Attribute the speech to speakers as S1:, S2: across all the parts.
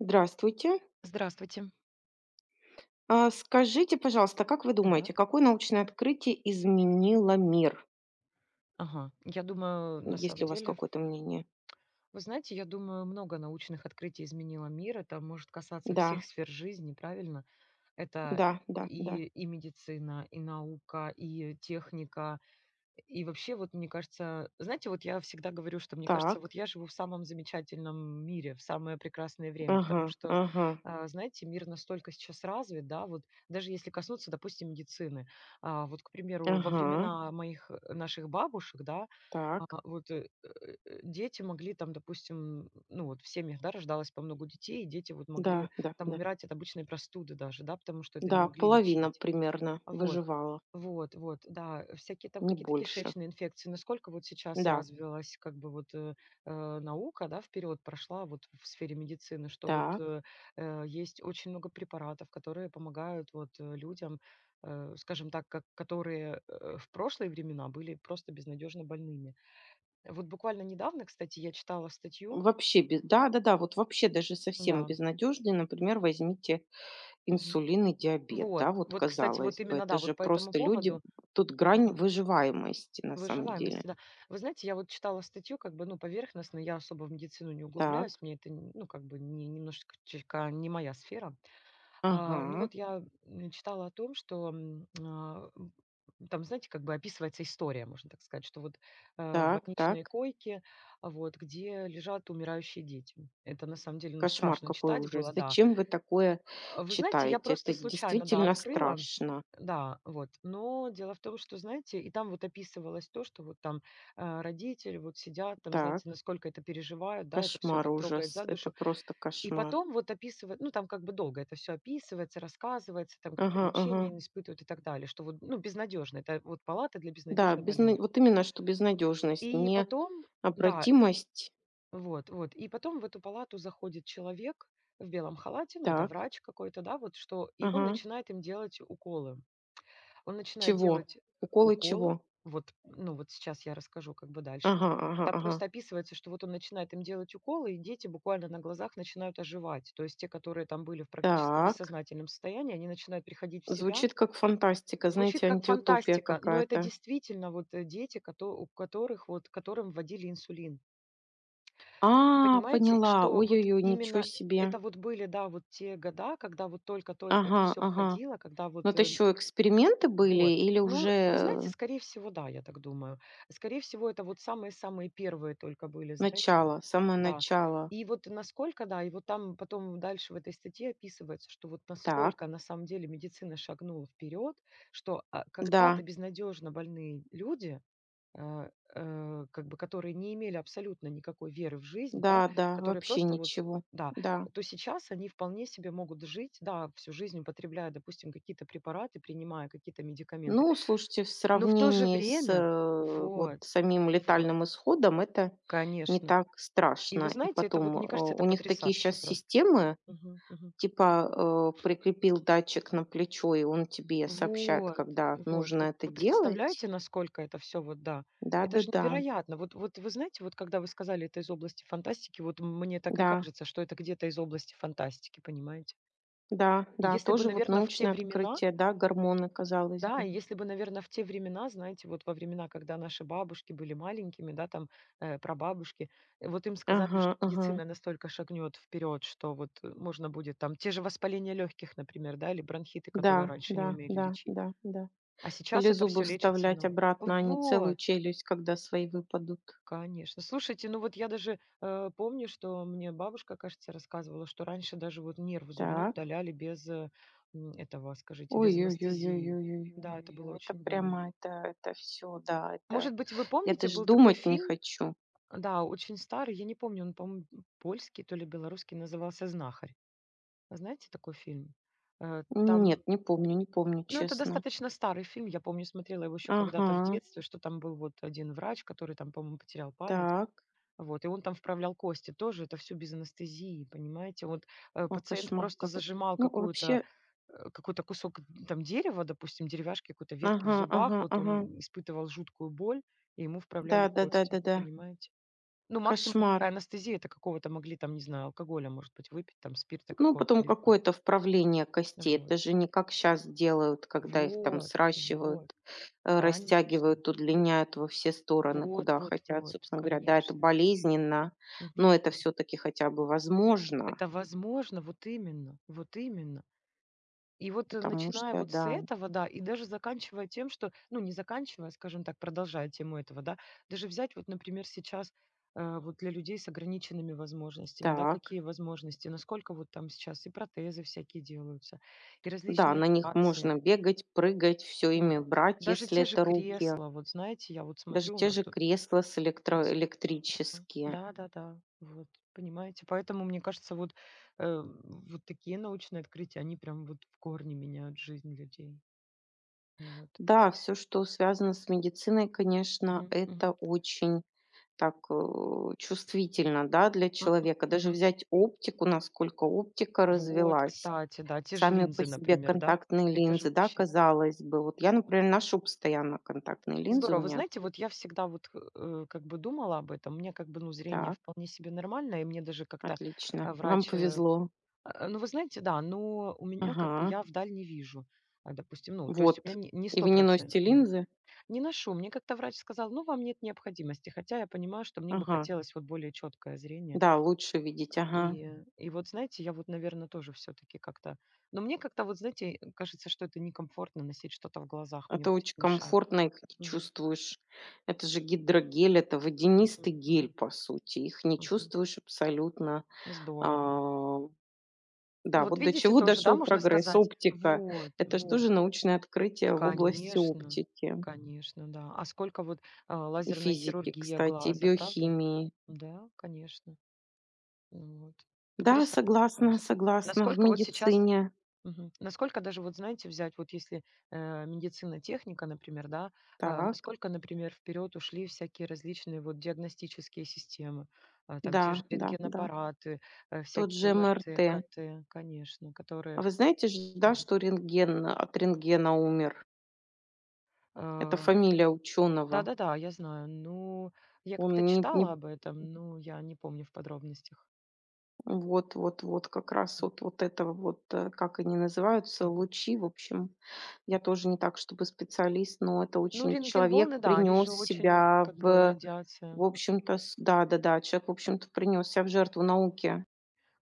S1: Здравствуйте.
S2: Здравствуйте.
S1: Скажите, пожалуйста, как вы думаете,
S2: Так.
S1: какое научное открытие изменило мир?
S2: Ага. Я думаю, на
S1: Есть
S2: самом
S1: ли у вас
S2: деле,
S1: какое-то мнение?
S2: вы знаете, я думаю, много научных открытий изменило мир. Это может касаться всех
S1: Да,
S2: сфер жизни, правильно? Это
S1: да, да, да.
S2: и медицина, и наука, и техника. И вообще, вот мне кажется, знаете, вот я всегда говорю, что мне кажется,
S1: Так,
S2: вот я живу в самом замечательном мире, в самое прекрасное время,
S1: ага,
S2: потому что,
S1: ага,
S2: знаете, мир настолько сейчас развит, да. Вот даже если коснуться, допустим, медицины, вот, к примеру, во
S1: ага,
S2: времена моих наших бабушек, да, а,
S1: так,
S2: вот э, э, дети могли там, допустим, ну вот в семьях, да, рождалось по много детей, и дети вот
S1: да,
S2: могли
S1: да,
S2: там
S1: да.
S2: умирать от обычной простуды даже, да, потому что это не
S1: Да,
S2: могли
S1: половина
S2: лечить.
S1: примерно
S2: Вот,
S1: выживала,
S2: вот, вот, да, всякие там
S1: не
S2: какие-то
S1: больше.
S2: кишечные инфекции. Насколько вот сейчас
S1: Да,
S2: развилась как бы вот наука, да, вперед прошла вот в сфере медицины, что вот
S1: так.
S2: э, э, есть очень много препаратов, которые помогают вот людям, скажем так, как, которые в прошлые времена были просто безнадежно больными. Вот буквально недавно, кстати, я читала статью,
S1: Вообще без, да, да, да, вот вообще даже совсем
S2: да.
S1: безнадежный, например, возьмите
S2: Мгм.
S1: инсулин и диабет,
S2: Вот,
S1: да, вот
S2: вот, кстати, вот
S1: казалось бы,
S2: именно,
S1: это
S2: да, вот
S1: же
S2: по этому
S1: просто люди,
S2: поводу.
S1: тут грань
S2: Мгм.
S1: выживаемости на самом деле.
S2: Выживаемости, да. Вы знаете, я вот читала статью, как бы, ну, поверхностно, я особо в медицину не
S1: Так,
S2: углубляюсь, мне это, ну, как бы, не, немножечко чутка не моя сфера. Ну,
S1: ага,
S2: вот я читала о том, что там, знаете, как бы описывается история, можно так сказать, что вот
S1: так,
S2: больничные
S1: так,
S2: койки, вот, где лежат умирающие дети. Это, на самом деле, ну,
S1: кошмар
S2: страшно
S1: какой
S2: читать было,
S1: ужас.
S2: да.
S1: Зачем вы такое
S2: Вы знаете, я
S1: читаете? Это
S2: просто случайно, да,
S1: действительно
S2: открыла.
S1: страшно.
S2: Да, вот. Но дело в том, что, знаете, и там вот описывалось то, что вот там, родители вот сидят, там,
S1: Так,
S2: знаете, насколько это переживают, да, это все
S1: кошмар,
S2: так трогает
S1: ужас,
S2: за
S1: это
S2: душу.
S1: просто
S2: И
S1: кошмар.
S2: потом вот описывает, ну, там как бы долго это все описывается, рассказывается, там, какие
S1: Ага,
S2: мучения
S1: ага.
S2: они испытывают и так далее, что вот, ну, безнадежно. Это вот палата для
S1: Да,
S2: безнадёжно больных.
S1: вот именно что безнадежность,
S2: И потом, да,
S1: необратимость.
S2: вот, вот. И потом в эту палату заходит человек в белом халате, ну, это
S1: Так,
S2: врач какой-то, да, вот что, и он
S1: ага.
S2: начинает им делать уколы. Он начинает
S1: Чего?
S2: делать
S1: Уколы
S2: уколы,
S1: чего?
S2: вот, ну, вот сейчас я расскажу как бы дальше.
S1: Ага, ага,
S2: Там
S1: ага.
S2: просто описывается, что вот он начинает им делать уколы, и дети буквально на глазах начинают оживать. То есть те, которые там были в практически
S1: Так.
S2: бессознательном состоянии, они начинают приходить в себя.
S1: Звучит как фантастика,
S2: Звучит
S1: знаете,
S2: как
S1: антиутопия
S2: фантастика, но это
S1: какая-то.
S2: действительно вот дети, у которых вот, которым вводили инсулин.
S1: А,
S2: Понимаете,
S1: поняла.
S2: что вот
S1: Ой-ой-ой, ничего
S2: именно
S1: себе.
S2: это вот были, да, вот те года, когда вот только-только
S1: Ага,
S2: это все
S1: ага.
S2: входило, когда
S1: Но это еще эксперименты были
S2: вот.
S1: или
S2: Ну,
S1: уже
S2: вы знаете, скорее всего, да, я так думаю. Скорее всего, это вот самые-самые первые только были, знаете, вот,
S1: начало, самое
S2: да.
S1: начало?
S2: И вот насколько, да, и вот там потом дальше в этой статье описывается, что вот
S1: Так,
S2: насколько на самом деле медицина шагнула вперед, что,
S1: да,
S2: когда-то безнадежно больные люди, э, как бы которые не имели абсолютно никакой веры в жизнь, да,
S1: да, да,
S2: которые
S1: вообще
S2: просто вот,
S1: ничего.
S2: да,
S1: Да.
S2: то сейчас они вполне себе могут жить, да, всю жизнь употребляя, допустим, какие-то препараты, принимая какие-то медикаменты,
S1: Ну, слушайте, в
S2: но в то же
S1: сравнении с
S2: время,
S1: вот
S2: вот,
S1: самим
S2: вот,
S1: летальным исходом это не
S2: конечно.
S1: так
S2: И вы
S1: страшно. И
S2: знаете, это вот,
S1: потом,
S2: мне кажется,
S1: у
S2: это
S1: них такие сейчас
S2: потрясающе просто.
S1: системы,
S2: Мгм, мгм.
S1: типа, прикрепил датчик на плечо, и он тебе сообщает,
S2: Вот,
S1: когда
S2: вот.
S1: нужно
S2: Вы
S1: это
S2: вы
S1: делать.
S2: представляете, насколько это все вот, да. Это же
S1: Да-да-да.
S2: невероятно. Вот вот вы знаете, вот когда вы сказали, это из области фантастики, вот мне так
S1: Да,
S2: и
S1: да, да,
S2: кажется, что это где-то из области фантастики, понимаете.
S1: да,
S2: И
S1: да,
S2: если бы,
S1: тоже вот
S2: наверное, в те
S1: научное
S2: времена,
S1: открытие, да, гормоны, казалось
S2: да,
S1: бы.
S2: и если бы, наверное, в те времена, знаете, вот во времена, когда наши бабушки были маленькими, да, там, прабабушки, вот им сказали,
S1: Ага,
S2: что
S1: ага.
S2: медицина настолько шагнет вперед, что вот, можно будет там те же воспаления легких, например, да, или бронхиты, которые
S1: Да,
S2: раньше не
S1: да,
S2: умели
S1: да,
S2: лечить.
S1: да, да.
S2: А
S1: Или
S2: сейчас это
S1: зубы
S2: все лечится
S1: вставлять
S2: на.
S1: обратно, а не целую
S2: Вот,
S1: челюсть, когда свои выпадут.
S2: конечно. Слушайте, ну вот я даже, помню, что мне бабушка, кажется, рассказывала, что раньше даже вот нерв зубной
S1: Так.
S2: удаляли без, этого, скажите, без анестезии. Да, это было
S1: Ой-ой-ой-ой-ой-ой-ой-ой. Это
S2: очень больно.
S1: прямо, это все, да, это.
S2: Может быть, вы
S1: Я
S2: помните,
S1: даже
S2: был такой
S1: думать не
S2: фильм,
S1: хочу.
S2: да, очень старый, я не помню, он, по-моему, польский, то ли белорусский, назывался «Знахарь». Знаете такой фильм? Э,
S1: Нет,
S2: там
S1: не помню, не помню,
S2: Ну, это
S1: честно.
S2: достаточно старый фильм. Я помню, смотрела его еще когда-то в
S1: Ага,
S2: детстве, что там был вот один врач, который там, по-моему, потерял память.
S1: так.
S2: Вот, и он там вправлял кости. Тоже это все без анестезии, понимаете?
S1: О,
S2: Пациент
S1: кошмар
S2: просто
S1: какой.
S2: зажимал
S1: Ну, вообще,
S2: какой-то кусок там дерева, допустим, деревяшки, какой-то ветки в
S1: ага,
S2: зубах.
S1: ага,
S2: Вот
S1: ага.
S2: он испытывал жуткую боль, и ему вправляли
S1: Да, да, да,
S2: кости,
S1: да, да.
S2: понимаете? Ну, максимум
S1: Кошмар.
S2: такая анестезия, это какого-то могли там, не знаю, алкоголя, может быть, выпить, там, спирта
S1: Ну,
S2: какого-то
S1: потом
S2: или вина.
S1: какое-то вправление костей. Это
S2: Вот.
S1: же не как сейчас делают, когда их там
S2: Вот,
S1: сращивают,
S2: вот, конечно.
S1: растягивают, удлиняют во все стороны,
S2: Вот
S1: куда
S2: вот
S1: хотят.
S2: вот,
S1: Собственно говоря, да, это
S2: конечно.
S1: болезненно, но
S2: Мгм.
S1: это
S2: Мгм.
S1: все-таки хотя бы возможно,
S2: Это возможно, вот именно, вот именно. И вот,
S1: потому
S2: начиная
S1: что,
S2: вот с
S1: да,
S2: этого, да, и даже заканчивая тем, что, ну, не заканчивая, скажем так, продолжая тему этого, да, даже взять вот, например, сейчас, вот для людей с ограниченными возможностями, да,
S1: так.
S2: какие возможности, насколько вот там сейчас и протезы всякие делаются, и
S1: Да,
S2: различные
S1: на них
S2: операции.
S1: можно бегать, прыгать, все ими
S2: Вот.
S1: брать,
S2: Даже
S1: если
S2: те же
S1: это руки.
S2: кресла, вот знаете, я вот
S1: Даже
S2: смотрю, у
S1: те
S2: нас
S1: же
S2: тут.
S1: кресла с электро
S2: А,
S1: электрические.
S2: да-да-да, вот, понимаете? Поэтому, мне кажется, вот, вот такие научные открытия, они прям вот в корне меняют жизнь людей. Ну вот.
S1: Да, все, что связано с медициной, конечно,
S2: Мгм,
S1: это
S2: мгм,
S1: очень так, чувствительно, да, для
S2: мгм,
S1: человека. Даже
S2: мгм.
S1: взять оптику, насколько оптика
S2: Вот,
S1: развелась.
S2: кстати, да, те же
S1: Сами по
S2: линзы,
S1: себе
S2: например, да?
S1: контактные
S2: Это же
S1: линзы, да,
S2: вообще
S1: казалось бы. Вот я, например, ношу постоянно контактные линзы у
S2: здорово. Вы
S1: меня.
S2: знаете, вот я всегда вот, как бы думала об этом. У меня как бы, ну, зрение
S1: Так,
S2: вполне себе нормальное, и мне даже как-то,
S1: отлично. Вам
S2: врач,
S1: повезло.
S2: ну, вы знаете, да, но у меня как бы
S1: Ага,
S2: я вдаль не вижу, допустим, ну, то есть у меня
S1: вот.
S2: не
S1: И вы не носите
S2: стопроцентное.
S1: линзы?
S2: Не ношу. Мне как-то врач сказал: «Ну, вам нет необходимости». Хотя я понимаю, что мне бы
S1: Ага.
S2: хотелось вот более четкое зрение.
S1: Да, лучше видеть. Ага.
S2: И и вот, знаете, я вот, наверное, тоже все-таки как-то, но мне как-то вот, знаете, кажется, что это некомфортно носить что-то в глазах, мне
S1: Это
S2: будет
S1: очень
S2: мешать.
S1: комфортно, их т
S2: Мгм.
S1: чувствуешь. Это же гидрогель, это водянистый
S2: Мгм.
S1: гель,
S2: Мгм.
S1: по сути. Их не
S2: Мгм.
S1: чувствуешь абсолютно.
S2: Здорово.
S1: А, да,
S2: Вот
S1: вот до
S2: видите,
S1: чего
S2: тоже, да,
S1: дошел
S2: можно
S1: прогресс.
S2: сказать?
S1: Оптика.
S2: Вот,
S1: Это ж
S2: вот.
S1: тоже научное открытие в области
S2: Конечно,
S1: оптики
S2: конечно, да. А сколько вот,
S1: и
S2: лазерная
S1: физики,
S2: хирургия
S1: кстати, и
S2: глаза, правда?
S1: биохимии.
S2: Да, конечно. Ну вот.
S1: Да,
S2: Потрясающе
S1: согласна,
S2: просто.
S1: согласна. В
S2: Насколько вот сейчас,
S1: медицине.
S2: насколько даже вот, знаете, взять, вот если, медицина, техника, например, да,
S1: Так.
S2: насколько, например, вперед ушли всякие различные вот диагностические системы, там
S1: Да,
S2: те же
S1: да, да.
S2: рентгенаппараты,
S1: Тот
S2: всякие
S1: же МРТ.
S2: МРТ, КТ, конечно,
S1: А
S2: которые.
S1: вы знаете же, да,
S2: Мгм.
S1: что рентген от рентгена умер? Это
S2: А,
S1: фамилия ученого.
S2: да-да-да, я знаю. Ну, я
S1: Он
S2: как-то
S1: не не
S2: читала об этом, но я не помню в подробностях.
S1: вот вот вот как раз вот вот этого вот, как они называются,
S2: Мгм.
S1: лучи. В общем, я тоже не так чтобы специалист, но это
S2: Ну,
S1: очень человек
S2: рентген-волны, да, они
S1: принес
S2: же очень,
S1: себя
S2: как бы,
S1: в
S2: радиация.
S1: в
S2: Мгм.
S1: общем-то, с да-да-да, человек, в общем-то, принес себя в жертву науке.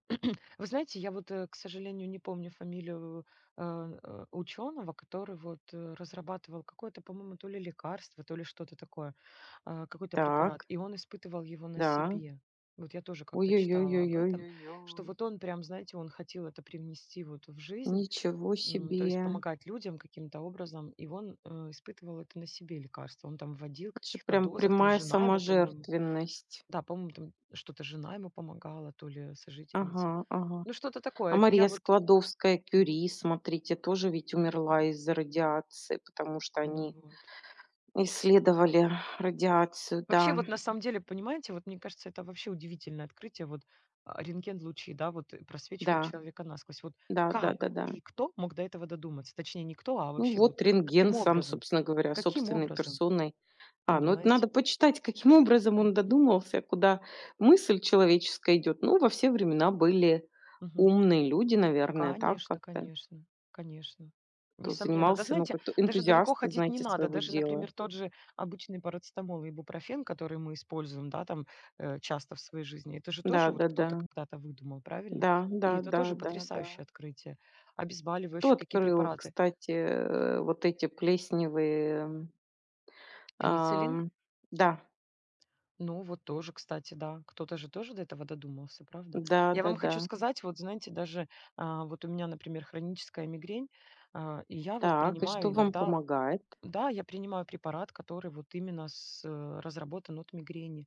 S2: Вы знаете, я вот, к сожалению, не помню фамилию э, ученого, который вот разрабатывал какое-то, по-моему, то ли лекарство, то ли что-то такое, какой-то препарат,
S1: Так,
S2: и он испытывал его на
S1: да.
S2: себе. Вот я тоже
S1: Ой,
S2: как-то
S1: ой, ой,
S2: читала
S1: ой,
S2: об
S1: ой,
S2: этом, что
S1: ой.
S2: вот он прям, знаете, он хотел это привнести вот в жизнь,
S1: Ничего
S2: то есть
S1: себе!
S2: помогать людям каким-то образом, и он испытывал это на себе лекарство. Он там вводил в
S1: Это же
S2: каких-то
S1: прям
S2: дозах, там
S1: прямая
S2: жена ему, по-моему.
S1: саможертвенность.
S2: Да, по-моему, там что-то жена ему помогала, то ли
S1: Ага,
S2: сожительница.
S1: ага.
S2: Ну, что-то
S1: А
S2: такое. Вот. Я
S1: Мария
S2: вот
S1: Складовская
S2: м,
S1: Кюри, смотрите, тоже ведь умерла
S2: мгм.
S1: из-за радиации, потому что
S2: Ну
S1: они
S2: вот.
S1: исследовали радиацию.
S2: Вообще,
S1: Да,
S2: вот на самом деле, понимаете, вот мне кажется, это вообще удивительное открытие. Вот рентген-лучи, да, вот просвечивают
S1: да,
S2: человека насквозь. Вот
S1: да, да,
S2: как
S1: да, да.
S2: и кто мог до этого додуматься? Точнее, не кто, а
S1: Ну
S2: вообще
S1: вот
S2: вот
S1: рентген
S2: каким
S1: сам,
S2: образом?
S1: собственно говоря,
S2: Каким
S1: собственной
S2: образом?
S1: персоной. А, ну это
S2: Понимаете?
S1: надо почитать, каким образом он
S2: Мгм.
S1: додумался, куда мысль человеческая идет. Ну, во все времена были
S2: Мгм.
S1: умные люди, наверное, так
S2: Конечно,
S1: как-то.
S2: конечно, конечно.
S1: Кто
S2: Несомненно. Да
S1: занимался, ну,
S2: знаете,
S1: как-то
S2: даже далеко
S1: энтузиасты,
S2: ходить не
S1: знаете,
S2: надо.
S1: своего
S2: Даже,
S1: дела.
S2: например, тот же обычный парацетамол и бупрофен, который мы используем, да, там часто в своей жизни, это же
S1: Да,
S2: тоже вот
S1: да, да.
S2: кто-то когда-то выдумал, правильно?
S1: Да, да,
S2: И это
S1: да,
S2: тоже
S1: да, да.
S2: потрясающее открытие.
S1: Кто
S2: Обезболивающие какие
S1: открыл,
S2: препараты?
S1: кстати, вот эти плесневые, м,
S2: Пенициллин?
S1: ам, да,
S2: Ну, вот тоже, кстати, да. Кто-то же тоже до этого додумался, правда? Я вам
S1: да-да-да.
S2: хочу сказать, вот знаете, даже вот у меня, например, хроническая мигрень, и я вот
S1: Так, и что
S2: принимаю
S1: вам
S2: иногда.
S1: помогает?
S2: Да, я принимаю препарат, который вот именно разработан от мигрени.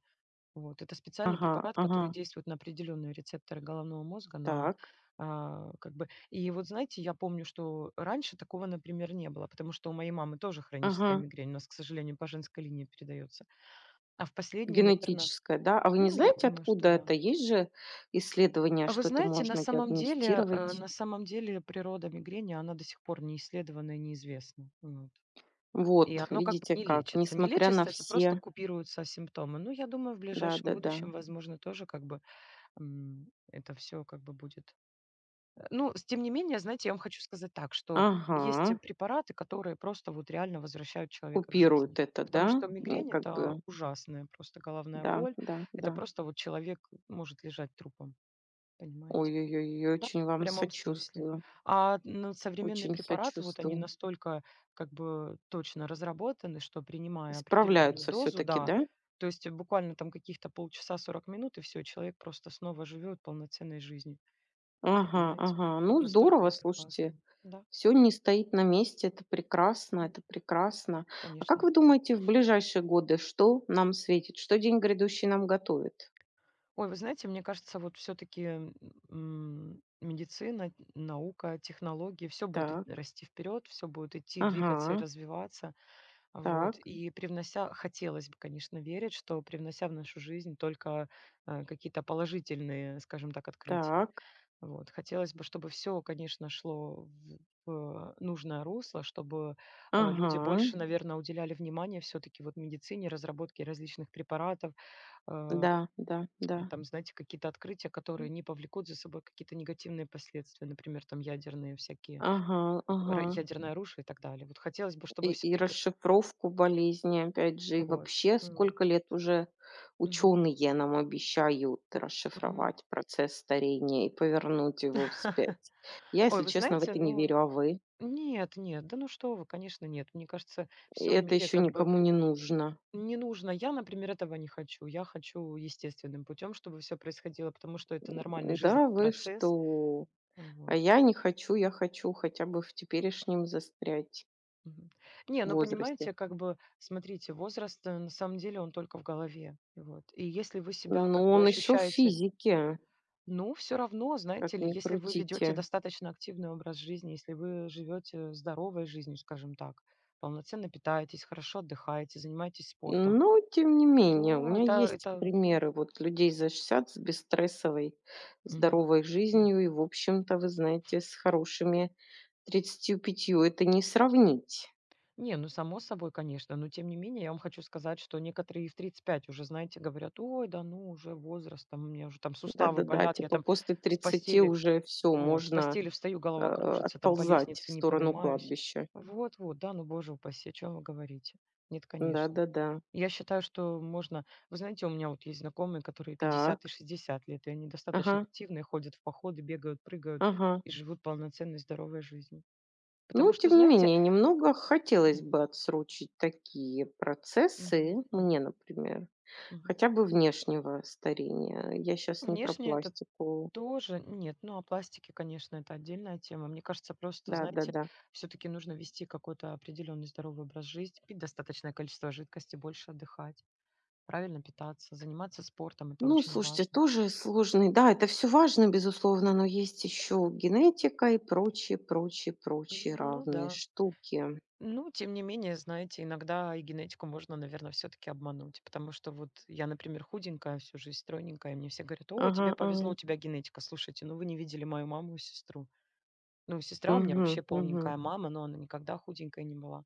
S2: Вот. Это специальный
S1: Ага,
S2: препарат, который
S1: ага,
S2: действует на определенные рецепторы головного мозга, на
S1: так,
S2: как бы. И вот знаете, я помню, что раньше такого, например, не было, потому что у моей мамы тоже хроническая
S1: ага.
S2: мигрень. У нас, к сожалению, по женской линии передается. А в последние, наверное,
S1: Генетическое, да? А вы не
S2: ну, я
S1: знаете,
S2: думаю, что
S1: откуда
S2: да.
S1: это? Есть же исследования,
S2: А вы
S1: что это
S2: знаете, на
S1: можно
S2: самом деле,
S1: диагностировать.
S2: природа мигрени, она до сих пор не исследована и неизвестна. Вот. И
S1: Вот,
S2: оно как бы
S1: видите
S2: не
S1: как,
S2: лечится. Не
S1: несмотря
S2: лечится,
S1: на
S2: кстати, просто
S1: все
S2: купируются симптомы. Ну, я думаю, в ближайшем
S1: да-да-да.
S2: будущем, возможно, тоже как бы, это все как бы будет. Ну, тем не менее, знаете, я вам хочу сказать так, что
S1: Ага,
S2: есть препараты, которые просто вот реально возвращают человека к жизни.
S1: купируют это,
S2: Потому
S1: да?
S2: что
S1: Ну,
S2: мигрень–
S1: как
S2: это
S1: бы,
S2: ужасная просто головная
S1: да,
S2: боль.
S1: да,
S2: Это
S1: да.
S2: просто вот человек может лежать трупом, понимаете?
S1: Ой-ой-ой,
S2: Да,
S1: очень
S2: в
S1: вам
S2: прямом смысле.
S1: сочувствую.
S2: А, ну, современные
S1: Очень
S2: препараты, вот они
S1: сочувствую.
S2: настолько как бы точно разработаны, что принимая определенную
S1: Справляются все
S2: дозу,
S1: таки
S2: да,
S1: да?
S2: то есть буквально там каких-то полчаса, 40 минут, и все, человек просто снова живет полноценной жизнью.
S1: Ага,
S2: Понимаете?
S1: ага.
S2: Вот
S1: Ну,
S2: настолько
S1: здорово,
S2: это
S1: слушайте.
S2: классно. Да,
S1: Все не стоит на месте. Это прекрасно,
S2: мгм,
S1: это прекрасно. А как
S2: конечно.
S1: вы думаете, в ближайшие годы что нам светит? Что день грядущий нам готовит?
S2: Ой, вы знаете, мне кажется, вот все-таки медицина, наука, технологии, все будет
S1: Так.
S2: расти вперед, все будет идти, двигаться и
S1: Ага.
S2: развиваться. Вот.
S1: Так,
S2: И привнося, хотелось бы, конечно, верить, что привнося в нашу жизнь только какие-то положительные, скажем так, открытия.
S1: так.
S2: Вот. Хотелось бы, чтобы все, конечно, шло в нужное русло, чтобы люди. Мгм.
S1: Ага.
S2: Больше, наверное, уделяли внимание все-таки вот медицине, разработке различных препаратов, э,
S1: Да, да, да.
S2: там, знаете, какие-то открытия, которые не повлекут за собой какие-то негативные последствия, например, там ядерные всякие,
S1: Ага, ага.
S2: ядерное оружие и так далее. Вот хотелось бы, чтобы
S1: И
S2: все-таки...
S1: расшифровку болезни, опять же, и
S2: Вот,
S1: вообще,
S2: вот.
S1: сколько лет уже
S2: Мгм.
S1: ученые нам обещают
S2: Мгм.
S1: расшифровать процесс старения и повернуть его вспять. Я,
S2: Ой,
S1: если
S2: вы
S1: честно, в
S2: знаете,
S1: это не
S2: ну
S1: верю, а вы?
S2: нет, нет, да ну что вы, конечно, нет. Мне кажется,
S1: И
S2: все в
S1: это
S2: мире
S1: еще
S2: как бы
S1: никому не нужно.
S2: не нужно. Я, например, этого не хочу. Я хочу естественным путем, чтобы все происходило, потому что это нормальный жизненный
S1: Да, вы
S2: процесс.
S1: что? А
S2: Вот.
S1: я не хочу, я хочу хотя бы в теперешнем застрять
S2: Мгм. Не, ну
S1: возрасте.
S2: понимаете, как бы, смотрите, возраст, на самом деле, он только в голове. Вот. И если вы себя как
S1: Но
S2: бы
S1: он еще в
S2: ощущаете...
S1: физике,
S2: Ну, все равно,
S1: как
S2: знаете ли,
S1: ни
S2: если вы
S1: крутите.
S2: ведете достаточно активный образ жизни, если вы живете здоровой жизнью, скажем так, полноценно питаетесь, хорошо отдыхаете, занимаетесь спортом,
S1: Но тем не менее, у
S2: то
S1: меня
S2: это
S1: есть
S2: это Мгм.
S1: примеры вот людей за 60 с бесстрессовой,
S2: Мгм.
S1: здоровой
S2: М.
S1: жизнью и, в общем-то, вы знаете, с хорошими 35 это не сравнить.
S2: Не, ну, само собой, конечно, но тем не менее я вам хочу сказать, что некоторые и в 35 уже, знаете, говорят: "Ой, да ну, уже возраст, там, у меня уже там суставы
S1: Да-да-да,
S2: болят, я
S1: типа
S2: там
S1: после
S2: с
S1: 30
S2: постели...
S1: уже все
S2: Вот, с
S1: можно,
S2: постели встаю, голова кружится, там по
S1: отползать в
S2: лестнице не
S1: сторону
S2: поднимаюсь".
S1: кладбища.
S2: Вот-вот, да, ну, боже упаси, о чем вы говорите? Нет, конечно.
S1: Да-да-да.
S2: Я считаю, что можно... Вы знаете, у меня вот есть знакомые, которые 50 и
S1: Так.
S2: 60 лет, и они
S1: Ага,
S2: достаточно активные, ходят в походы, бегают, прыгают
S1: ага.
S2: и живут полноценной, здоровой жизнью.
S1: Но
S2: Потому что,
S1: тем не
S2: знаете...
S1: менее, немного хотелось
S2: Мгм.
S1: бы отсрочить такие процессы,
S2: Мгм.
S1: мне,
S2: Мгм.
S1: например.
S2: Мгм.
S1: Хотя бы внешнего старения. Я
S2: Ну,
S1: сейчас не про
S2: внешне это...
S1: пластику.
S2: Тоже нет, ну, о пластике, конечно, это отдельная тема. Мне кажется, просто, знаете,
S1: Да-да-да.
S2: все-таки нужно вести какой-то определенный здоровый образ жизни, пить достаточное количество жидкости, больше отдыхать, правильно питаться, заниматься спортом, это
S1: Ну,
S2: очень
S1: слушайте,
S2: важно.
S1: тоже сложный. Да, это все важно, безусловно, но есть еще генетика и прочие, прочие, прочие
S2: Ну да.
S1: равные штуки.
S2: Ну, тем не менее, знаете, иногда и генетику можно, наверное, все-таки обмануть, потому что вот я, например, худенькая всю жизнь, стройненькая, и мне все говорят: ой,
S1: Ага,
S2: тебе повезло,
S1: ага.
S2: у тебя генетика. Слушайте, ну вы не видели мою маму и сестру. Ну, сестра у меня
S1: Мгм,
S2: вообще
S1: мгм.
S2: полненькая, мама, но она никогда худенькая не была.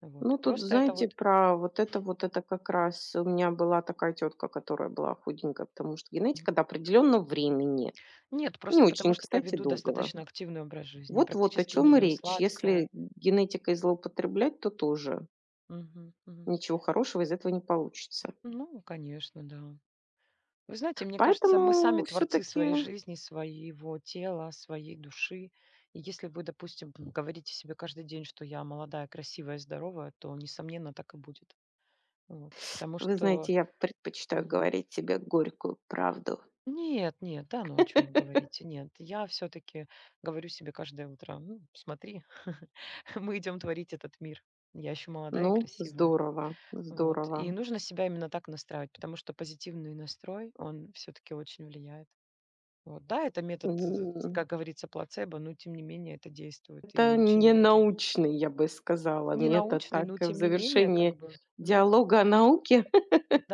S2: Вот.
S1: Ну, тут,
S2: Просто это
S1: знаете,
S2: вот...
S1: про вот это как раз у меня была такая тетка, которая была худенькая, потому что
S2: м,
S1: генетика до определенного времени,
S2: нет,
S1: не
S2: просто потому
S1: очень,
S2: что я
S1: кстати,
S2: веду
S1: долгого.
S2: достаточно активный образ жизни. Я
S1: Вот-вот о
S2: практически не
S1: чем и
S2: ем
S1: речь.
S2: сладкое.
S1: Если генетикой злоупотреблять, то тоже
S2: Мгм, мгм.
S1: ничего хорошего из этого не получится.
S2: Ну, конечно, да. Вы знаете, мне кажется, мы сами
S1: Поэтому все
S2: творцы
S1: таки
S2: своей жизни, своего тела, своей души. И если вы, допустим, говорите себе каждый день, что я молодая, красивая, здоровая, то, несомненно, так и будет. Вот. Потому
S1: вы
S2: что...
S1: знаете, я предпочитаю говорить тебе горькую правду.
S2: Нет, нет, да, ну о чем вы говорите? Нет, я все-таки говорю себе каждое утро, ну, смотри, мы идем творить этот мир. Я еще молодая и
S1: Ну,
S2: красивая.
S1: здорово,
S2: Вот. И
S1: здорово.
S2: нужно себя именно так настраивать, потому что позитивный настрой, он все-таки очень влияет. Вот. Да, это метод,
S1: М,
S2: как говорится, плацебо, но тем не менее это действует. И
S1: это
S2: очень
S1: не
S2: многие.
S1: научный, я бы сказала,
S2: Не
S1: метод.
S2: научный,
S1: Так,
S2: но
S1: в
S2: тем не менее, как
S1: завершении
S2: бы, да,
S1: диалога о науке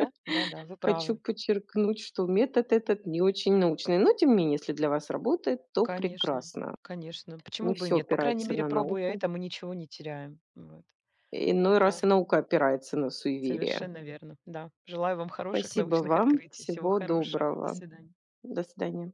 S2: да, да, да, вы
S1: хочу
S2: правы.
S1: подчеркнуть, что метод этот не очень научный, но тем не менее, если для вас работает, то
S2: Конечно,
S1: прекрасно.
S2: конечно.
S1: Не
S2: Почему бы и
S1: все
S2: нет? По крайней
S1: опирается
S2: мере,
S1: на
S2: пробуя
S1: науку.
S2: это, мы ничего не теряем. Вот.
S1: Иной раз
S2: Да,
S1: и наука опирается на суеверие.
S2: совершенно верно. Да. Желаю вам хороших
S1: Спасибо
S2: научных
S1: вам.
S2: открытий. Всего
S1: Всего
S2: хорошего. До
S1: доброго.
S2: свидания.
S1: До свидания.